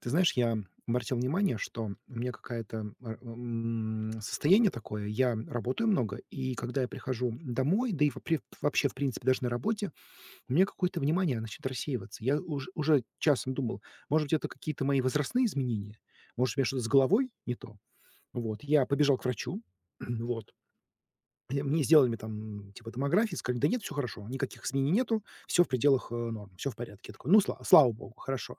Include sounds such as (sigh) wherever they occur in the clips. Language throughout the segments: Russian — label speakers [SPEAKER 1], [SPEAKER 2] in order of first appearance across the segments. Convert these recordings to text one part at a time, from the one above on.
[SPEAKER 1] Ты знаешь, я обратил внимание, что у меня какая-то состояние такое. Я работаю много, и когда я прихожу домой, да и во пре вообще, в принципе, даже на работе, у меня какое-то внимание начинает рассеиваться. Я уж уже часом думал, может быть, это какие-то мои возрастные изменения, может, у меня что-то с головой не то. Вот, я побежал к врачу, (clears throat) вот, и мне сделали там типа томографии, сказали: "Да нет, все хорошо, никаких изменений нету, все в пределах, норм, все в порядке". Я такой: "Ну, слава богу, хорошо".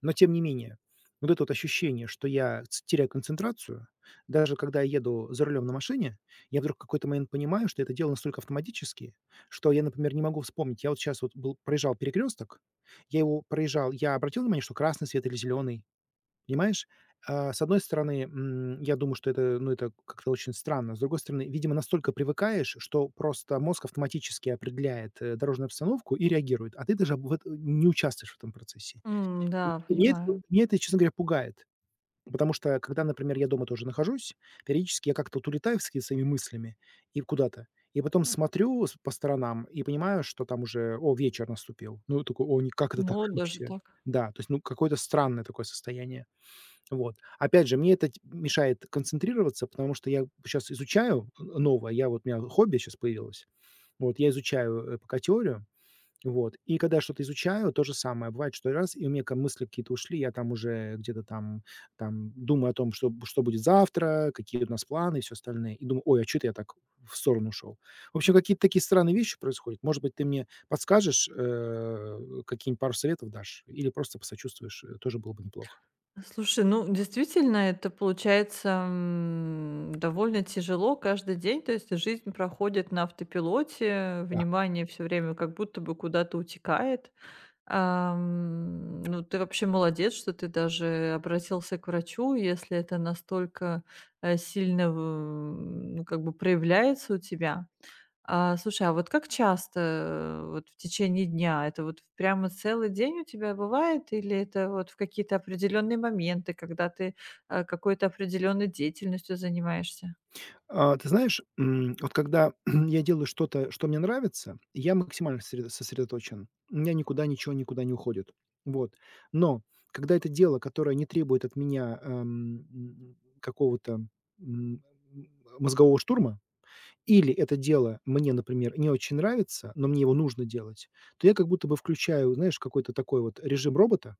[SPEAKER 1] Но тем не менее, вот это вот ощущение, что я ц теряю концентрацию, даже когда я еду за рулем на машине, я вдруг в какой-то момент понимаю, что это делаю настолько автоматически, что я, например, не могу вспомнить. Я вот сейчас вот был проезжал перекресток, я его проезжал, я обратил внимание, что красный свет или зеленый, понимаешь? А, с одной стороны, я думаю, что это, ну, это как-то очень странно. С другой стороны, видимо, настолько привыкаешь, что просто мозг автоматически определяет, дорожную обстановку и реагирует, а ты даже в эт не участвуешь в этом процессе
[SPEAKER 2] Да,
[SPEAKER 1] и мне это
[SPEAKER 2] понимаю.
[SPEAKER 1] меня это, честно говоря, пугает. Потому что, когда, например, я дома тоже нахожусь, периодически я как-то вот улетаю вслед своими мыслями и куда-то. И потом смотрю с по сторонам и понимаю, что там уже, о, вечер наступил. Ну, такой: "О, не как это так
[SPEAKER 2] Ну,
[SPEAKER 1] (laughs)
[SPEAKER 2] даже
[SPEAKER 1] вообще?"
[SPEAKER 2] так.
[SPEAKER 1] Да, то есть, ну, какое-то странное такое состояние. Вот. Опять же, мне это ть мешает концентрироваться, потому что я сейчас изучаю н новое. Я вот У меня хобби сейчас появилось. Вот я изучаю, пока теорию. Вот. И когда я что-то изучаю, то же самое. Бывает, что раз, и у меня ка мысли какие-то ушли, я там уже где-то там думаю о том, что будет завтра, какие у нас планы и всё остальное. И думаю: "Ой, а что-то я так в сторону ушел". В общем, какие-то такие странные вещи происходят. Может быть, ты мне подскажешь, какие-нибудь пару советов дашь или просто посочувствуешь, тоже было бы неплохо.
[SPEAKER 2] Слушай, ну, действительно, это получается, довольно тяжело каждый день. То есть жизнь проходит на автопилоте,
[SPEAKER 1] Да.
[SPEAKER 2] внимание все время как будто бы куда-то утекает. Ну, ты вообще молодец, что ты даже обратился к врачу, если это настолько, э, сильно в ну, как бы проявляется у тебя. А, слушай, а вот как часто, вот в течение дня? Это вот прямо целый день у тебя бывает или это вот в какие-то определенные моменты, когда ты, какой-то определенной деятельностью занимаешься?
[SPEAKER 1] А, ты знаешь, вот когда (clears throat) я делаю что-то, что мне нравится, я максимально сосредоточен. У меня никуда ничего никуда не уходит. Вот. Но когда это дело, которое не требует от меня какого-то м, мозгового штурма, или это дело мне, например, не очень нравится, но мне его нужно делать, то я как будто бы включаю, знаешь, какой-то такой вот режим робота,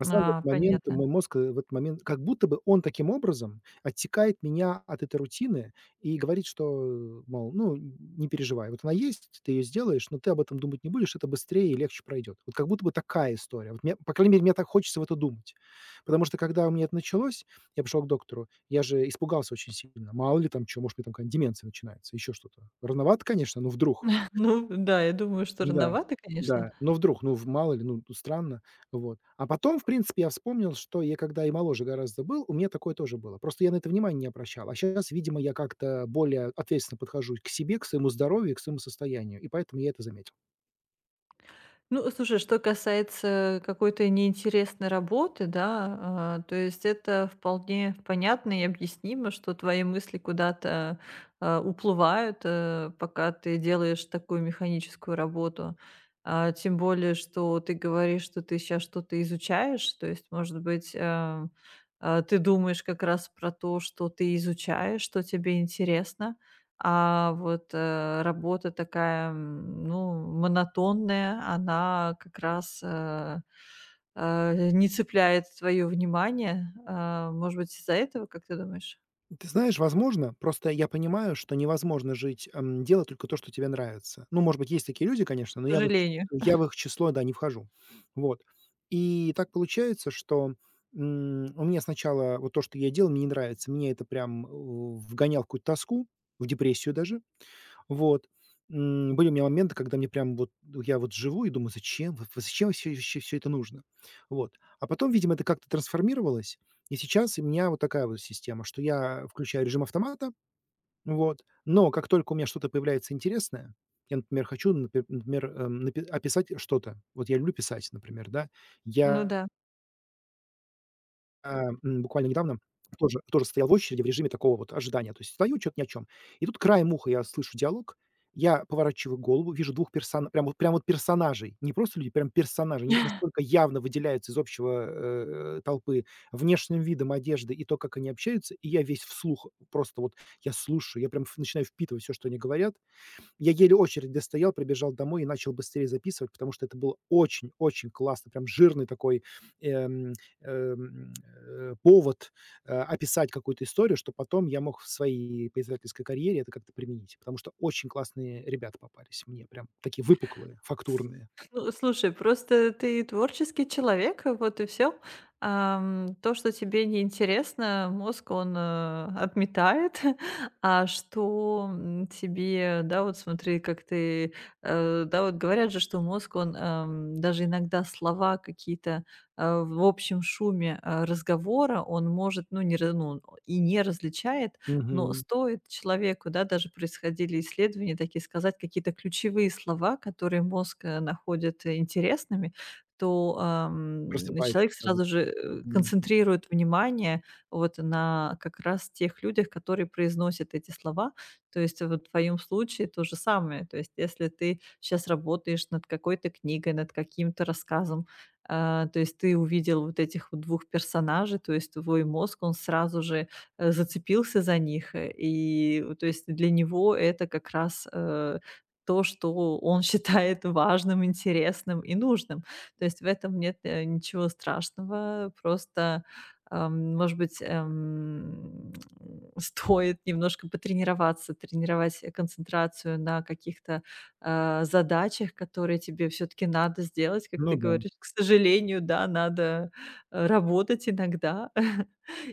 [SPEAKER 1] на самом деле,
[SPEAKER 2] А,
[SPEAKER 1] в момент
[SPEAKER 2] понятно.
[SPEAKER 1] мой мозг, в этот момент, как будто бы он таким образом оттекает меня от этой рутины и говорит, что, мол, ну, не переживай, вот она есть, ты ее сделаешь, но ты об этом думать не будешь, это быстрее и легче пройдет. Вот как будто бы такая история. Вот мне, по крайней мере, мне так хочется в это думать. Потому что, когда у меня это началось, я пошел к доктору, я же испугался очень сильно. Мало ли там что, может, у меня там какая-нибудь деменция начинается, еще что-то. Рановато, конечно, но вдруг.
[SPEAKER 2] (laughs) Ну да, я думаю, что
[SPEAKER 1] Да,
[SPEAKER 2] рановато, конечно.
[SPEAKER 1] да. Но вдруг, ну, в мало ли, ну, странно. Вот. А потом, в принципе, я вспомнил, что я когда и моложе гораздо был, у меня такое тоже было. Просто я на это внимание не обращал. А сейчас, видимо, я как-то более ответственно подхожу к себе, к своему здоровью и к своему состоянию. И поэтому я это заметил.
[SPEAKER 2] Ну, слушай, что касается какой-то неинтересной работы, да, то есть это вполне понятно и объяснимо, что твои мысли куда-то уплывают, пока ты делаешь такую механическую работу. Тем более, что ты говоришь, что ты сейчас что-то изучаешь, то есть, может быть, ты думаешь как раз про то, что ты изучаешь, что тебе интересно, а вот, работа такая, ну, монотонная, она как раз, не цепляет твое внимание. А, может быть, из-за этого, как ты думаешь?
[SPEAKER 1] Ты знаешь, возможно. Просто я понимаю, что невозможно жить, делая только то, что тебе нравится. Ну, может быть, есть такие люди, конечно, но
[SPEAKER 2] К сожалению.
[SPEAKER 1] я в их число, да, не вхожу. Вот. И так получается, что у меня сначала вот то, что я делал, мне не нравится. Мне это прям вгонял в какую-то тоску, в депрессию даже. Вот. Были у меня моменты, когда мне прям вот ну, я вот живу и думаю: "Зачем? Вот зачем всё вообще всё это нужно?" Вот. А потом, видимо, это как-то трансформировалось, и сейчас у меня вот такая вот система, что я включаю режим автомата, вот, но как только у меня что-то появляется интересное, я, например, хочу, напе например, напи описать что-то. Вот я люблю писать, например, да.
[SPEAKER 2] Ну
[SPEAKER 1] Я
[SPEAKER 2] да.
[SPEAKER 1] буквально недавно тоже стоял в очереди в режиме такого вот ожидания. То есть стою, чё-то ни о чём. И тут краем уха я слышу диалог. Я поворачиваю голову, вижу двух персона прям вот персонажей. Не просто люди, прям персонажи. Они настолько явно выделяются из общего, толпы внешним видом, одежды и то, как они общаются. И я весь вслух просто вот я слушаю, я прям ф начинаю впитывать всё, что они говорят. Я еле очередь достоял, прибежал домой и начал быстрее записывать, потому что это было очень-очень классно, прям жирный такой, эм, эм, повод, описать какую-то историю, что потом я мог в своей поиздательской карьере это как-то применить, потому что очень классные ребята попались мне, прям такие выпуклые, фактурные.
[SPEAKER 2] Ну, слушай, просто ты творческий человек, вот и все. То, что тебе неинтересно, мозг, он, отметает, (laughs) а что, тебе, да, вот смотри, как ты, да, вот говорят же, что мозг, он, даже иногда слова какие-то, в общем шуме, разговора он может, ну, не раз, ну, и не различает, но
[SPEAKER 1] Мгм.
[SPEAKER 2] стоит человеку, да, даже происходили исследования такие, сказать какие-то ключевые слова, которые мозг, находит, интересными, то,
[SPEAKER 1] Просыпается
[SPEAKER 2] человек
[SPEAKER 1] сразу.
[SPEAKER 2] сразу же,
[SPEAKER 1] Мгм.
[SPEAKER 2] концентрирует внимание вот на как раз тех людях, которые произносят эти слова. То есть вот в твоем случае то же самое. То есть если ты сейчас работаешь над какой-то книгой, над каким-то рассказом, то есть ты увидел вот этих вот 2 персонажей, то есть твой мозг, он сразу же, зацепился за них. И то есть для него это как раз, то, что он (laughs) считает важным, интересным и нужным. То есть в этом нет, ничего страшного. Просто, может быть, (laughs) (tsk) стоит немножко потренироваться, тренировать, концентрацию на каких-то, задачах, которые тебе все таки надо сделать. Как
[SPEAKER 1] Ну
[SPEAKER 2] ты
[SPEAKER 1] да.
[SPEAKER 2] говоришь, к сожалению, да, надо, работать иногда. (laughs)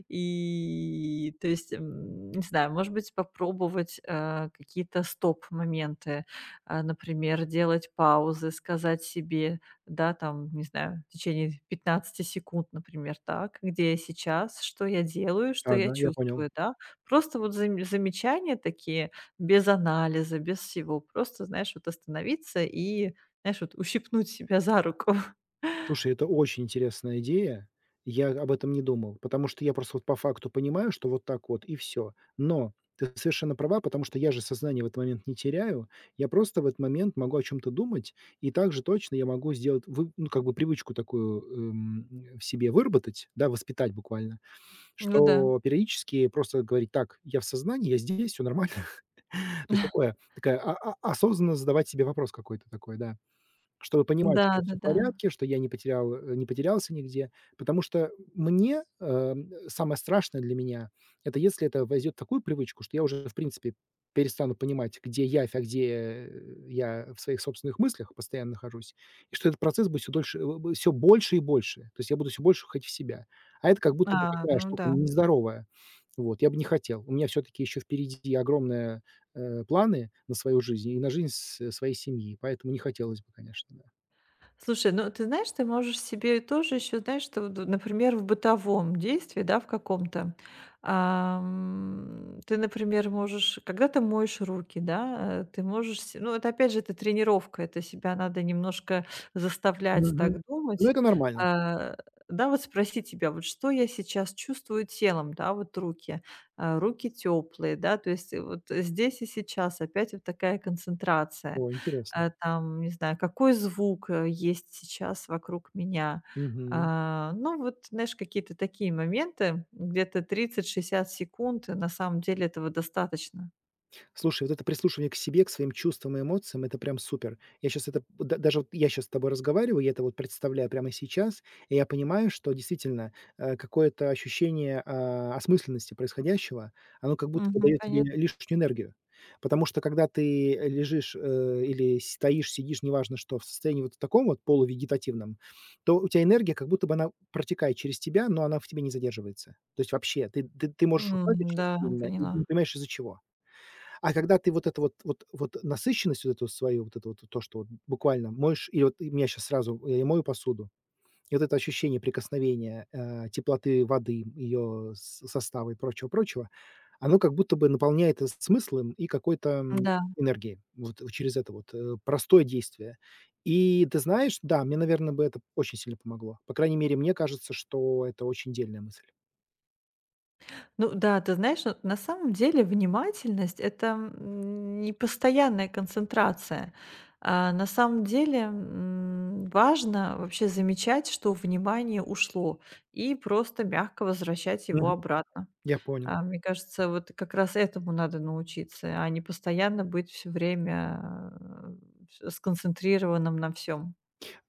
[SPEAKER 2] И, то есть, не знаю, может быть, попробовать, какие-то стоп-моменты, например, делать паузы, сказать себе, да, там, не знаю, в течение 15 секунд, например, так, где я сейчас, что я делаю, что я
[SPEAKER 1] Да-да, я понял.
[SPEAKER 2] чувствую, да. Просто вот замечания такие, без анализа, без всего. Просто, знаешь, вот остановиться и, знаешь, вот ущипнуть себя за руку. (laughs)
[SPEAKER 1] Слушай, это очень интересная идея. Я об этом не думал, потому что я просто вот по факту понимаю, что вот так вот и все. Но ты совершенно права, потому что я же сознание в этот момент не теряю. Я просто в этот момент могу о чем то думать, и также точно я могу сделать вы ну, как бы привычку такую, в себе выработать, да, воспитать буквально,
[SPEAKER 2] Ну да.
[SPEAKER 1] что периодически просто говорить: "Так, я в сознании, я здесь, все нормально". (laughs) То есть такое такая а осознанно задавать себе вопрос какой-то такой, да. Чтобы понимать, что все в
[SPEAKER 2] Да-да-да.
[SPEAKER 1] порядке, что я не потерял, не потерялся нигде. Потому что мне, самое страшное для меня — это если это войдет в такую привычку, что я уже, в принципе, перестану понимать, где я, а где, я в своих собственных мыслях постоянно нахожусь, и что этот процесс будет все дольше, больше и больше. То есть я буду все больше уходить в себя. А это как будто бы
[SPEAKER 2] А,
[SPEAKER 1] такая
[SPEAKER 2] ну
[SPEAKER 1] штука
[SPEAKER 2] да.
[SPEAKER 1] нездоровая. Вот, я бы не хотел. У меня все таки еще впереди огромная планы на свою жизнь и на жизнь с своей семьи, поэтому не хотелось бы, конечно, да.
[SPEAKER 2] Слушай, ну ты знаешь, ты можешь себе тоже еще, знаешь, что, вот, например, в бытовом действии, да, в каком-то, ты, например, можешь, когда ты моешь руки, да, ты можешь, се- ну это опять же, это тренировка, это себя надо немножко заставлять
[SPEAKER 1] Мгм.
[SPEAKER 2] так
[SPEAKER 1] Но
[SPEAKER 2] думать,
[SPEAKER 1] это нормально.
[SPEAKER 2] а, да, вот спросить себя, вот что я сейчас чувствую телом, да, вот руки, руки теплые, да, то есть вот здесь и сейчас опять вот такая концентрация.
[SPEAKER 1] О, интересно.
[SPEAKER 2] Там, не знаю, какой звук, есть сейчас вокруг меня.
[SPEAKER 1] Мгм.
[SPEAKER 2] А, ну, вот, знаешь, какие-то такие моменты, где-то 30–60 секунд, на самом деле этого достаточно.
[SPEAKER 1] Слушай, вот это прислушивание к себе, к своим чувствам и эмоциям — это прям супер. Я сейчас это вот да даже вот я сейчас с тобой разговариваю, я это вот представляю прямо сейчас, и я понимаю, что действительно, какое-то ощущение, осмысленности происходящего, оно как будто бы
[SPEAKER 2] Мгм,
[SPEAKER 1] дает тебе
[SPEAKER 2] понятно.
[SPEAKER 1] лишнюю энергию. Потому что когда ты лежишь, или стоишь, сидишь, неважно что, в состоянии вот таком вот полувегетативном, то у тебя энергия как будто бы она протекает через тебя, но она в тебе не задерживается. То есть вообще ты можешь устать
[SPEAKER 2] М,
[SPEAKER 1] очень
[SPEAKER 2] да,
[SPEAKER 1] сильно, и ты не
[SPEAKER 2] поняла.
[SPEAKER 1] понимаешь из-за чего. А когда ты вот это вот насыщенность вот эту вот свою, вот это вот то, что вот буквально моешь и вот и меня сейчас сразу я и мою посуду, и вот это ощущение прикосновения, теплоты воды, ее состава и прочего-прочего, оно как будто бы наполняет, смыслом и какой-то,
[SPEAKER 2] Да.
[SPEAKER 1] энергией. Вот через это вот, простое действие. И ты знаешь, да, мне, наверное бы это очень сильно помогло. По крайней мере, мне кажется, что это очень дельная мысль.
[SPEAKER 2] Ну да, ты знаешь, вот на самом деле внимательность- это, не постоянная концентрация. А, на самом деле, важно вообще замечать, что внимание ушло, и просто мягко возвращать его
[SPEAKER 1] Мгм.
[SPEAKER 2] обратно.
[SPEAKER 1] Я понял.
[SPEAKER 2] А мне кажется, вот как раз этому надо научиться, а не постоянно быть все время, э, ф сконцентрированным на всем.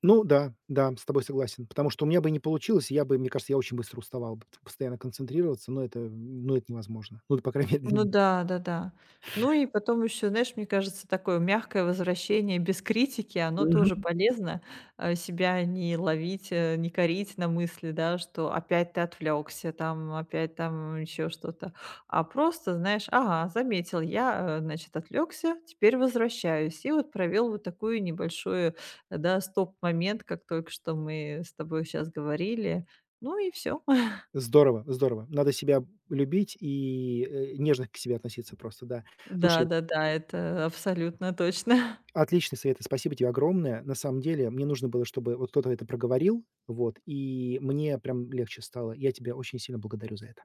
[SPEAKER 1] Ну да, да, с тобой согласен. Потому что у меня бы не получилось, и я бы, мне кажется, я очень быстро уставал бы т постоянно концентрироваться, но это, ну, это невозможно. Ну, по крайней (laughs) мере, для
[SPEAKER 2] Ну
[SPEAKER 1] меня.
[SPEAKER 2] да, да-да. Ну и потом еще, знаешь, мне кажется, такое мягкое возвращение без критики, оно тоже
[SPEAKER 1] Мгм.
[SPEAKER 2] полезно. Себя не ловить, не корить на мысли, да, что опять ты отвлекся, там, опять там еще что-то. А просто, знаешь, ага, заметил я, значит, отвлекся, теперь возвращаюсь. И вот провел вот такую небольшую, да, стоп-момент, как только что мы с тобой сейчас говорили. Ну и все. (laughs)
[SPEAKER 1] Здорово, здорово. Надо себя любить и, нежно к себе относиться просто, да. Слушай,
[SPEAKER 2] Да-да-да, это абсолютно точно.
[SPEAKER 1] отличные советы, спасибо тебе огромное. На самом деле, мне нужно было, чтобы вот кто-то это проговорил, вот, и мне прям легче стало. Я тебя очень сильно благодарю за это.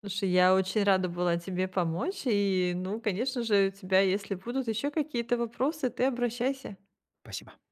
[SPEAKER 2] Слушай, я очень рада была тебе помочь. И, ну, конечно же, у тебя, если будут еще какие-то вопросы, ты обращайся.
[SPEAKER 1] Спасибо.